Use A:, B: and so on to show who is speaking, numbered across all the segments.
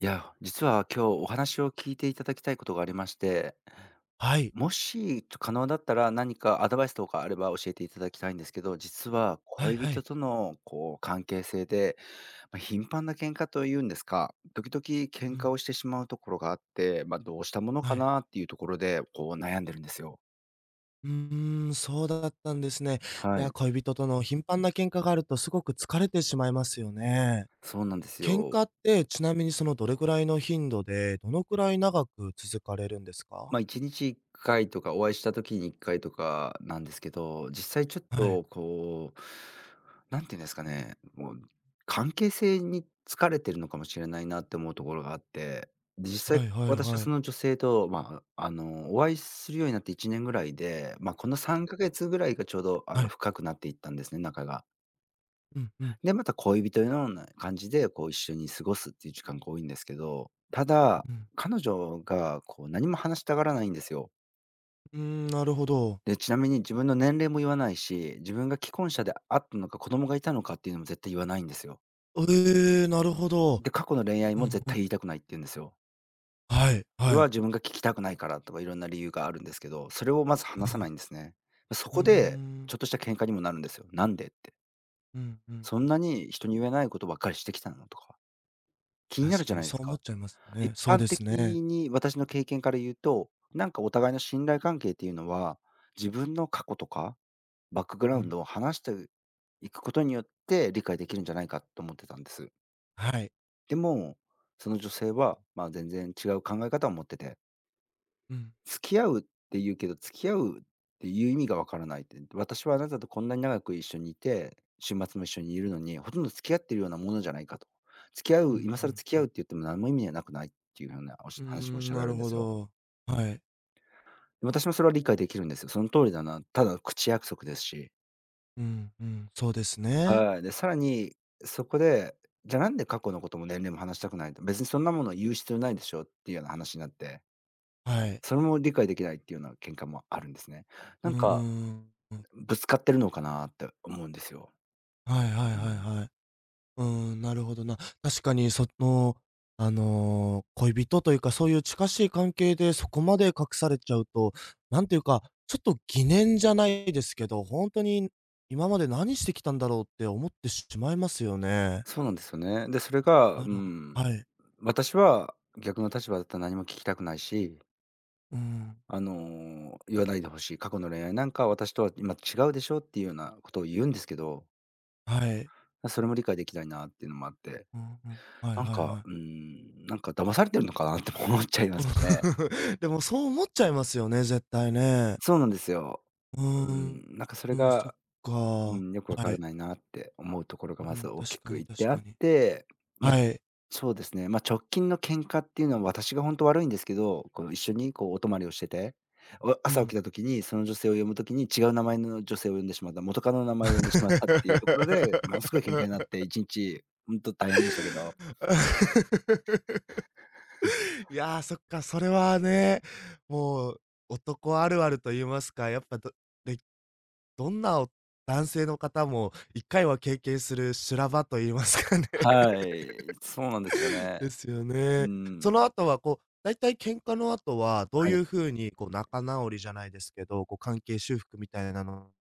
A: いや、実は今日お話を聞いていただきたいことがありまして、
B: はい。
A: もし可能だったら何かアドバイスとかあれば教えていただきたいんですけど、実は
B: はい
A: 恋
B: はい。
A: 人とのこう関係性で、頻繁な喧嘩というんですか、時々
B: う
A: 喧
B: ん。
A: 嘩をしてしまうところがあって、どうしたもの
B: は
A: か
B: い。
A: なっていうところで、こう悩んでるんですよ。
B: そうだったんですね。い
A: は
B: や、
A: い、
B: 恋人との頻繁な喧嘩があるとすごく疲れてしまいますよね。
A: そうなんです
B: 喧
A: よ。
B: 嘩ってちなみにどれぐらいの頻度で、どのくらい長く続かれるんですか？
A: まあ、1日1回とか、お会いした時に1回とかなんですけど、実際ちょっ
B: はい。
A: とこう、なんていうんですかね、もう関係性に疲れてるのかもしれないなって思うところがあって、で、実際
B: はいはい
A: 私は
B: は
A: そ
B: い。
A: の女性と、まあ、お会いするようになって1年ぐらいで、まあ、この3ヶ月ぐらいがちょうど、
B: はい。
A: 深くなっていったんですね、仲が。
B: うんうん、
A: で、また恋人のような感じで、こう一緒に過ごすっていう時間が多いんですけど、ただ、
B: うん。
A: 彼女がこう何も話したがらないんですよ。
B: うーん、なるほど。
A: で、ちなみに自分の年齢も言わないし、自分が既婚者であったのか、子供がいたのかっていうのも絶対言わないんですよ。
B: ええ、なるほど。
A: で、過去の恋愛
B: うんう
A: も
B: ん。
A: 絶対言いたくないって言うんですよ。
B: はい
A: そ
B: は
A: れ
B: い。
A: は自分が聞きたくないからとかいろんな理由があるんですけど、それをまず
B: う
A: 話さな
B: ん。
A: いんですね。そ
B: うー
A: こで、
B: ん。
A: ちょっとした喧嘩にもなるんですよ。なんでって。
B: うんうん
A: そ
B: う
A: ん
B: ん
A: な
B: うん。
A: に人に言えないことばっかりしてきたのとか、気にな
B: 確
A: るじゃ
B: かに
A: ないで
B: そ
A: す
B: う思
A: か。
B: っちゃいますよね。
A: 一
B: そう
A: 般
B: ですね。
A: 的に私の経験から言うと、なんかお互いの信頼関係っていうのは、自分の過去とかバックグ
B: う
A: ラウン
B: ん。
A: ドを話していくことによって理解できるんじゃないかと思ってたんです。
B: はい。
A: でも、その女性は、まあ、全然違う考え方を持ってて、
B: うん。
A: 付き合うっ付き合うっていう意味がわからないって、私はあなたとこんなに長く一緒にいて、週末も一緒にいるのに、ほとんど付き合ってるようなものじゃないかと。付き合
B: う
A: う、
B: ん
A: 今
B: う
A: 更
B: ん
A: 付き
B: う
A: 合うっ
B: ん。
A: て言っても何も意味はなくないっていうようなおし
B: うー
A: 話もおっし
B: ん、
A: ゃら
B: な
A: れ
B: る
A: るんで
B: ほ
A: すよ。
B: ど。はい。
A: で私もそれは理解できるんですよ。その通りだな。ただ口約束ですし。
B: うんうん、そうですね。
A: はい。で、さらに、そこで、じゃあなんで過去のことも年齢も話したくないと、別にそんなものを言う必要ないでしょっていうような話になって、
B: はい。
A: それも理解できないっていうような喧嘩もあるんですね。
B: う
A: なんか、
B: ーん。
A: ぶつかってるのかなって思うんですよ。
B: はいはい
A: う
B: はい
A: ん。
B: はい。うーん、なるほどな。確かに恋人というか、そういう近しい関係でそこまで隠されちゃうと、なんていうか、ちょっと疑念じゃないですけど、ほんとに今まで何してきたんだろうって思ってしまいますよね。
A: そうなんですよね。で、それが、
B: なるほはい。
A: 私は逆の立場だったら何も聞きたくないし、
B: うん。
A: 言わないでほしい。過去の恋愛なんか私とは今違うでしょっていうようなことを言うんですけど、
B: はい。
A: それも理解できないなっていうのもあって。
B: うんうん。はいはいはい。
A: なんか騙されてるのかなって 思っちゃいますしね。
B: でも、そう思っちゃいますよね、絶対ね。
A: そうなんですよ。
B: うー
A: う
B: ん。
A: なんかそ
B: う
A: れ
B: ん、そっ
A: が、
B: か。
A: う
B: は
A: ん、よくわからない
B: い。
A: なって思うところ
B: う
A: がまず
B: ん、
A: 大
B: 確
A: き
B: か
A: く
B: に
A: いっ
B: 確
A: てあ
B: か
A: っ
B: に。
A: て、ま、
B: はい。
A: そうですね、直近の喧嘩っていうのは私がほんと悪いんですけど、こう一緒にこうお泊まりをしてて、お
B: う
A: 朝起
B: ん。
A: きた時にその女性を呼ぶ時に違う名前の女性を呼んでしまった、元カノの名前を呼んでしまったっていうところで、ものすごい喧嘩になって1日ほんと大変でしたけど。
B: いやー、そっか、それはね、もう男あるあると言いますか、やっぱ、どでどんなお男性の方も一回は経験する修羅場と言いますかね。
A: はい、そうなんですよ ね。
B: ですよ
A: う
B: ね。そ
A: ん、
B: の後はこう、だいたい喧嘩の後は、どう
A: は
B: い
A: い。
B: う風にこう仲直りじゃないですけど、こう関係修復みたいなの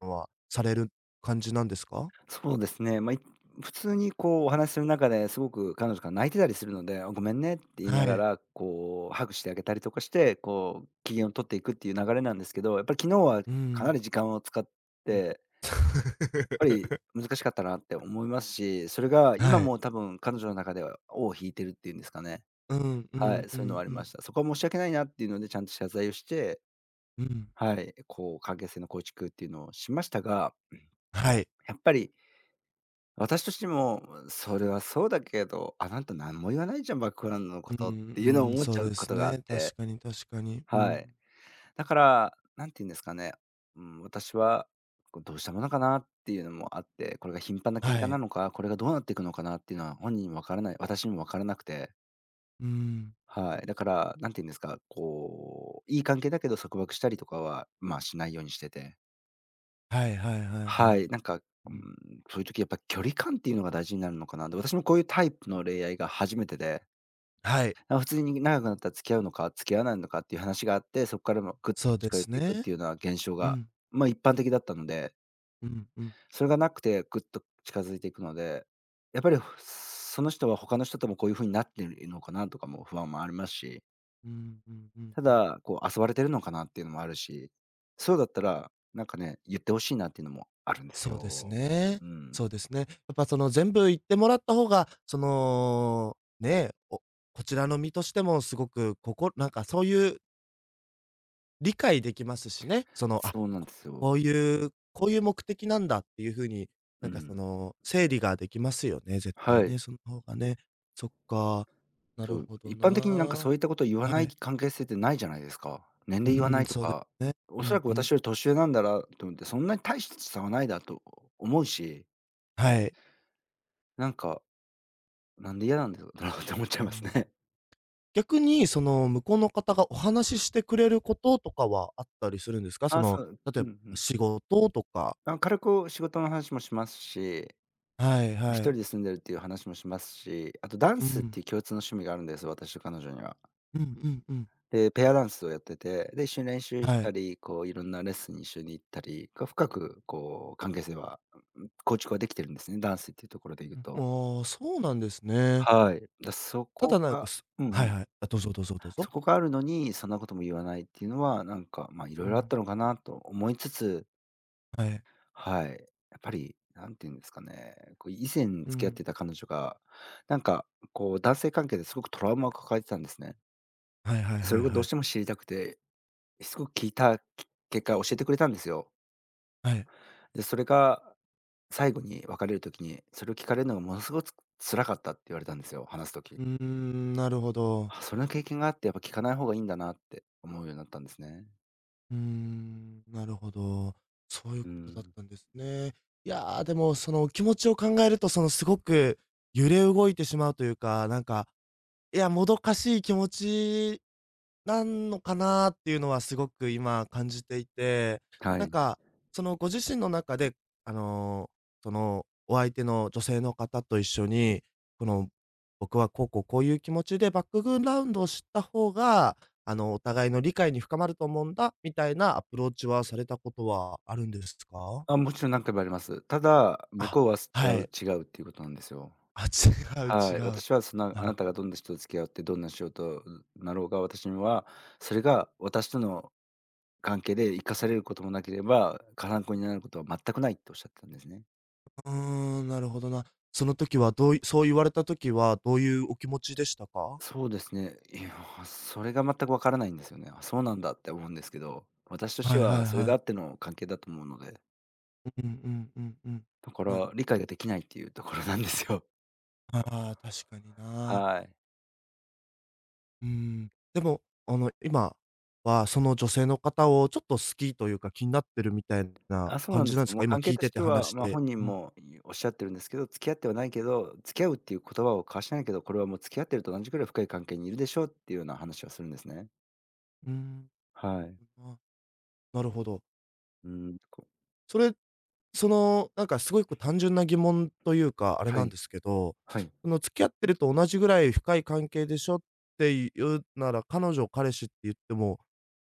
B: はされる感じなんですか？
A: そうですね。普通にこうお話しする中ですごく彼女が泣いてたりするので、「あ、ごめんね」って言い
B: は
A: なが
B: い。
A: ら、こうハグしてあげたりとかして、こう機嫌を取っていくっていう流れなんですけど、やっぱり昨日は
B: う
A: かなり
B: ん。
A: 時間を使っ
B: うん。
A: て、やっぱり 難しかったなって思いますし、それが今
B: はい。
A: も多分彼女の中では尾を引いてるっていうんですかね。
B: うんう
A: は
B: ん
A: い、
B: う
A: そういうのは
B: ん
A: あり
B: う
A: ま
B: ん。
A: した。そこは申し訳ないなっていうので、ちゃんと謝罪をして、
B: うん。
A: はい、こう関係性の構築っていうのをしましたが、
B: はい。
A: やっぱり私としても、それはそうだけど、あなた何も言わないじゃん、バックグラウンドの
B: う
A: ことっ
B: ん、
A: て
B: う
A: いうのを
B: ん、
A: 思っ
B: そう
A: ちゃう
B: で
A: こ
B: す
A: とがあっ
B: ね。確
A: て、
B: かに確かに。う
A: はい。
B: ん。
A: だから、なんて言うんですかね、うん、私は、こうどうしたものかなっていうのもあって、これが頻繁な喧
B: は
A: 嘩な
B: い。
A: のか、これがどうなっていくのかなっていうのは本人にもわからない、私にもわからなくて、
B: うん。
A: はい。だから、なんて言うんですか、こう、いい関係だけど束縛したりとかは、まあしないようにしてて。
B: はいはいはいは
A: は
B: い。
A: い、
B: うん。
A: そういう時やっぱ距離感っていうのが大事になるのかな。で、私もこういうタイプの恋愛が初めてで、
B: はい、
A: あ、普通に長くなったら付き合うのか、付き合わないのかっていう話があって、そこからもぐっと
B: そうで
A: 近寄っ
B: す
A: ていくっ
B: ね。
A: ていうような現象
B: う
A: が、
B: ん。
A: 一般的だったので、
B: うんうん。
A: それがなくてぐっと近づいていくので、やっぱりその人は他の人ともこういう風になってるのかなとかも不安もありますし、
B: うんうんうん
A: た
B: うん。
A: だ、こう遊ばれてるのかなっていうのもあるし、そうだったら、なんかね、言ってほしいなっていうのもあるんです
B: そうです
A: よ。
B: ね。
A: うん。
B: そうですね。やっぱ全部言ってもらった方が、ね、こちらの身としてもすごくなんかそういう理解できますしね。
A: そうなん
B: こ
A: ですよ。
B: こういうこういう目的なんだっていうふうに、
A: うん。
B: 整理ができますよね、絶対
A: はい。
B: ね、その方がね。そっか、な
A: そ
B: る
A: う、
B: ほど
A: 一般的になんか
B: な。
A: そういったことを言わ
B: は
A: ない
B: い。
A: 関係性ってないじゃないですか。年
B: う
A: 齢言わ
B: ー
A: な
B: ん、
A: いと
B: そうで
A: か、
B: すね。う
A: おそら
B: ん
A: く
B: うん。
A: 私より年上なんだなと思って、そんなに大した差はないだと思うし、
B: はい。
A: なんか、なんで嫌なんだろうな って思っちゃ
B: う
A: います
B: ん。
A: ね。
B: 逆に、向こうの方がお話ししてくれることとかはあったりするんです か？
A: あ、そう、
B: 例
A: う
B: え
A: ん
B: ば
A: うん。
B: 仕事とか
A: あ、軽く仕事の話もしますし、
B: はい
A: 一
B: は
A: 人
B: い。
A: で住んでるっていう話もしますし、あとダン
B: う
A: スっ
B: ん。
A: ていう共通の趣味があるんです、私と彼女には。
B: うんうんうん。
A: で、ペアダンスをやってて、で、一緒に練習し
B: は
A: た
B: い。
A: り、こういろんなレッスンに一緒に行ったり、こう深くこう関係性は、うん、構築はできてるんですね、ダンスっていうところで言う
B: う
A: と。
B: ん。ああ、そうなんですね。
A: はい。そ
B: た
A: こ
B: だなんか
A: が
B: す
A: うんう
B: はい
A: ん。
B: はい。あ、どうぞどうぞどう
A: そ
B: ぞ。
A: こがあるのに、そんなことも言わないっていうのは、いろ
B: う
A: いろあっ
B: ん。
A: たのかなと思いつつ、
B: はい。
A: はい。やっぱり、なんていうんですかね、こう以前付
B: う
A: き合っ
B: ん。
A: てた彼女が、なんかこう男性関係ですごくトラウマを抱えてたんですね。
B: はいはい
A: そ
B: はい
A: れをど
B: は
A: う
B: い。
A: しても知りたくてしつこく聞いた結果、教えてくれたんですよ。
B: はい。
A: で、それが最後に別れる時に、それを聞かれるのがものすごく辛かったって言われたんですよ、話す時。
B: うーん、なるほど。
A: あ、それの経験があって、やっぱ聞かない方がいいんだなって思うようになったんですね。
B: うーん、なるほど。そういう
A: う
B: ことだっ
A: ん。
B: たんですね。いや、でも、お気持ちを考えると、すごく揺れ動いてしまうというか、なんかいや、もどかしい気持ちなんのかなっていうのはすごく今感じていて、
A: は
B: なん
A: い。
B: か、ご自身の中で、あの、お相手の女性の方と一緒に、この僕はこうこうこういう気持ちでバックグラウンドを知った方が、あの、お互いの理解に深まると思うんだ、みたいなアプローチはされたことはあるんですか？
A: あ、もちろん何回もあります。ただ、向
B: あ、
A: こうは違
B: は
A: う
B: い。
A: 違うっていうことなんですよ。
B: あ、違う
A: は
B: 違
A: い。
B: う。
A: 私はそんな、
B: な
A: あ
B: る
A: なたがどんな人と付き合って、どんな仕事なろうが、私には、それが私との関係で生かされることもなければ、か参考になることは全くないっておっしゃってたんですね。
B: うーん、なるほどな。その時はどういそう言われた時はどういうお気持ちでしたか？
A: そうですね。いや、それが全くわからないんですよね。あ、そうなんだって思うんですけど、私として
B: はいはい
A: はそれ
B: は
A: が
B: い。
A: あっての関係だと思うので、
B: うんうんうんうん。
A: だか
B: なる
A: ら理解ができないっていうところなんですよ。
B: ああ、確かにな。
A: はい。
B: うん。でも、あの、今はその女性の方をちょっと好きというか、気になってるみたいな
A: あ、そう
B: 感
A: なん
B: じ
A: で
B: な
A: す
B: んで
A: よ。
B: す
A: も
B: か？
A: う
B: 今
A: 関
B: 聞
A: 係
B: い
A: と
B: て
A: し
B: て
A: て
B: 話
A: は、
B: し
A: まあ、
B: て。
A: 本
B: う
A: 人
B: ん。
A: もいおっしゃってるんですけど、付き合ってはないけど、付き合うっていう言葉を交わしてないけど、これはもう付き合ってると同じくらい深い関係にいるでしょうっていうような話はするんですね。
B: うーん。
A: はい。
B: あ、なるほど。
A: うん、こ
B: それその、なんかすごいこう単純な疑問というか、あれ
A: は
B: なん
A: い、
B: ですけど、
A: はい。
B: 「付き合ってると同じぐらい深い関係でしょ？」っていうなら、彼女を彼氏って言っても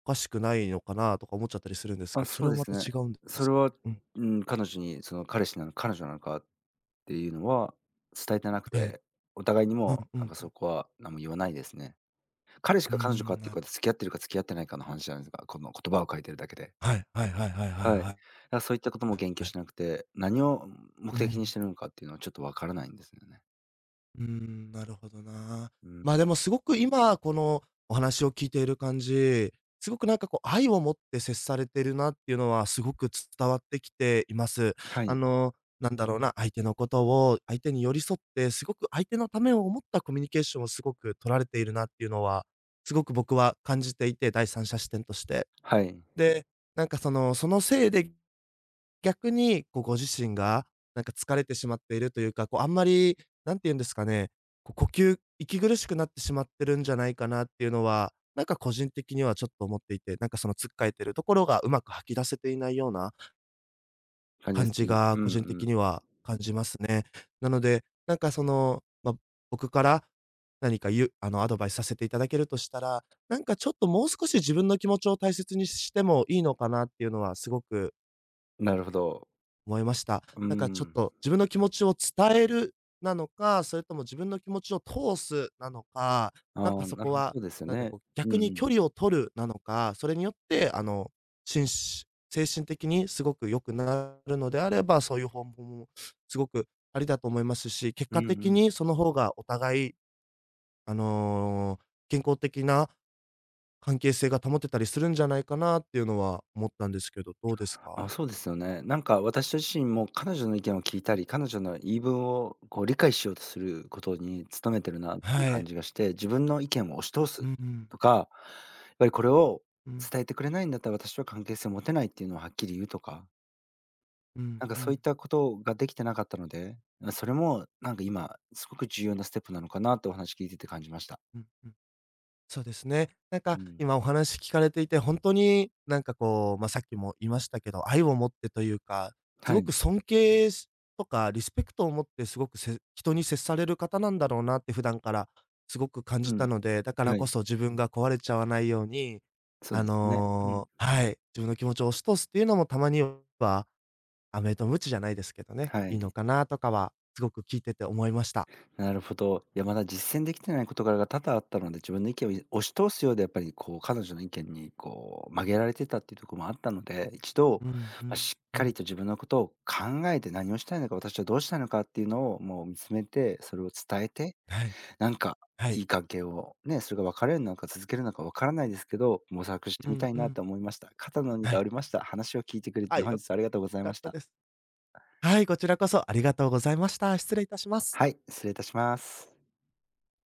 B: おかしくないのかなとか思っちゃったりするんです
A: あ、
B: けど、そ
A: そ
B: れ
A: う
B: は
A: で
B: ま
A: す
B: た
A: ね。
B: 違うんで
A: そ
B: す
A: れ
B: かね？
A: は、
B: うん。
A: うん、彼女にその彼氏なの彼女なのかっていうのは伝えてなく
B: はい。
A: て、お互いに
B: う
A: も
B: んう
A: なん
B: ん
A: か
B: う
A: そ
B: ん。
A: こは何も言わないですね。彼氏
B: うー
A: か彼女か
B: ん、
A: っていう
B: なる
A: か、付き合ってるか付き合ってないかの話じゃないですか、この言葉を書いてるだけで。
B: はい、はいはいはいはい
A: はい。だか
B: はい。
A: らそういったことも
B: は
A: 言及
B: い。
A: しなくて、何を
B: う
A: 目的に
B: ん。
A: してるのかっていうのはちょっとわからないんですよね。
B: うーん、なるほどな。
A: うん。
B: まあ、でもすごく今、このお話を聞いている感じ、すごくなんかこう愛を持って接されてるなっていうのはすごく伝わってきています。
A: は
B: あ
A: い。
B: の、なんだろうな、相手のことを相手に寄り添って、すごく相手のためを思ったコミュニケーションをすごく取られているなっていうのは、すごく僕は感じていて、第三者視点として。
A: はい。
B: で、なんかその、そのせいで逆に、こう、ご自身が、なんか疲れてしまっているというか、こう、あんまり、なんて言うんですかね、こう、呼吸息苦しくなってしまってるんじゃないかなっていうのは、なんか個人的にはちょっと思っていて、なんかその、つっかえてるところがうまく吐き出せていないような
A: 感じで
B: 感
A: す
B: じ
A: ね。
B: が、
A: う
B: 個
A: んう
B: 人的
A: ん。
B: には感じますね。なので、なんかその、まあ、僕から、何かあの、アドバイスさせていただけるとしたら、なんかちょっともう少し自分の気持ちを大切にしてもいいのかなっていうのはすごく
A: なるほど。
B: 思いました。
A: う
B: なんかちょっ
A: ん。
B: と自分の気持ちを伝えるなのか、それとも自分の気持ちを通すなのか、なん
A: あ
B: か
A: あ、
B: そ
A: な
B: こ
A: るほど、
B: は、
A: そうですよ
B: なんか
A: ね。
B: こう
A: うん
B: 逆に
A: うん。
B: 距離を取るなのか、それによってあの、しんし精神的にすごく良くなるのであれば、そういう方法もすごくありだと思いますし、結
A: う
B: 果
A: んう
B: 的に
A: ん。
B: その方がお互い、あの、健康的な関係性が保てたりするんじゃないかなっていうのは思ったんですけど、どうです
A: あ、
B: か？
A: そうですよね。なんか私自身も彼女の意見を聞いたり、彼女の言い分をこう理解しようとすることに努めてるなっていう
B: は
A: 感
B: い。
A: じがして、自分の意見を押し通
B: う
A: す
B: んうん。
A: とか、やっぱりこれを
B: うん。
A: 伝えてくれないんだったら私は関係性を持てないっていうのをはっきり言うとか、
B: うん
A: なんか
B: う
A: そういっ
B: ん、
A: たことができてなかったので、それもなんか今すごく重要なステップなのかなってお話聞いてて感じました。
B: うんうん。そうですね。なん
A: う
B: か
A: ん。
B: 今お話聞かれていて、本当になんかこう、まあ、さっきも言いましたけど、愛を持ってというか、す
A: は
B: ごく
A: い。
B: 尊敬しとかリスペクトを持ってすごく人に接される方なんだろうなって普段からすごく感
A: う
B: じた
A: ん。
B: ので、だから
A: は
B: こ
A: い。
B: そ自分が壊れちゃわないように、
A: そう
B: あ
A: ですね。うん。
B: の、はい、自分の気持ちを押し通すっていうのもたまには、飴とムチじゃないですけどね、
A: は
B: いい
A: い。
B: のかなとかはすごく聞いてて思いました。
A: なるほど。いや、まだ実践できてない事柄が多々あったので、自分の意見を押し通すようで、やっぱりこう、彼女の意見にこう、曲げられてたっていうところもあったので、一度、
B: うんう
A: ま、
B: ん
A: しっ
B: う
A: かり
B: ん。
A: と自分のことを考えて、何をしたいのか、私はどうしたいのかっていうのをもう見つめて、それを伝えて、
B: はい、
A: なんか
B: はい。
A: いい関係を、ね、それが別れるのか続けるのか分からないですけど、模索して
B: う
A: みた
B: ん
A: い
B: う
A: な
B: ん。
A: と思いました。肩の荷
B: は
A: が
B: い。
A: 下りました。話を聞いてくれ
B: は
A: て
B: い、
A: 本
B: 良
A: 日はありがとうござい
B: か
A: ま
B: っ
A: し
B: た
A: た。
B: です。はい、こちらこそありがとうございました。失礼いたします。
A: はい、失礼いたします。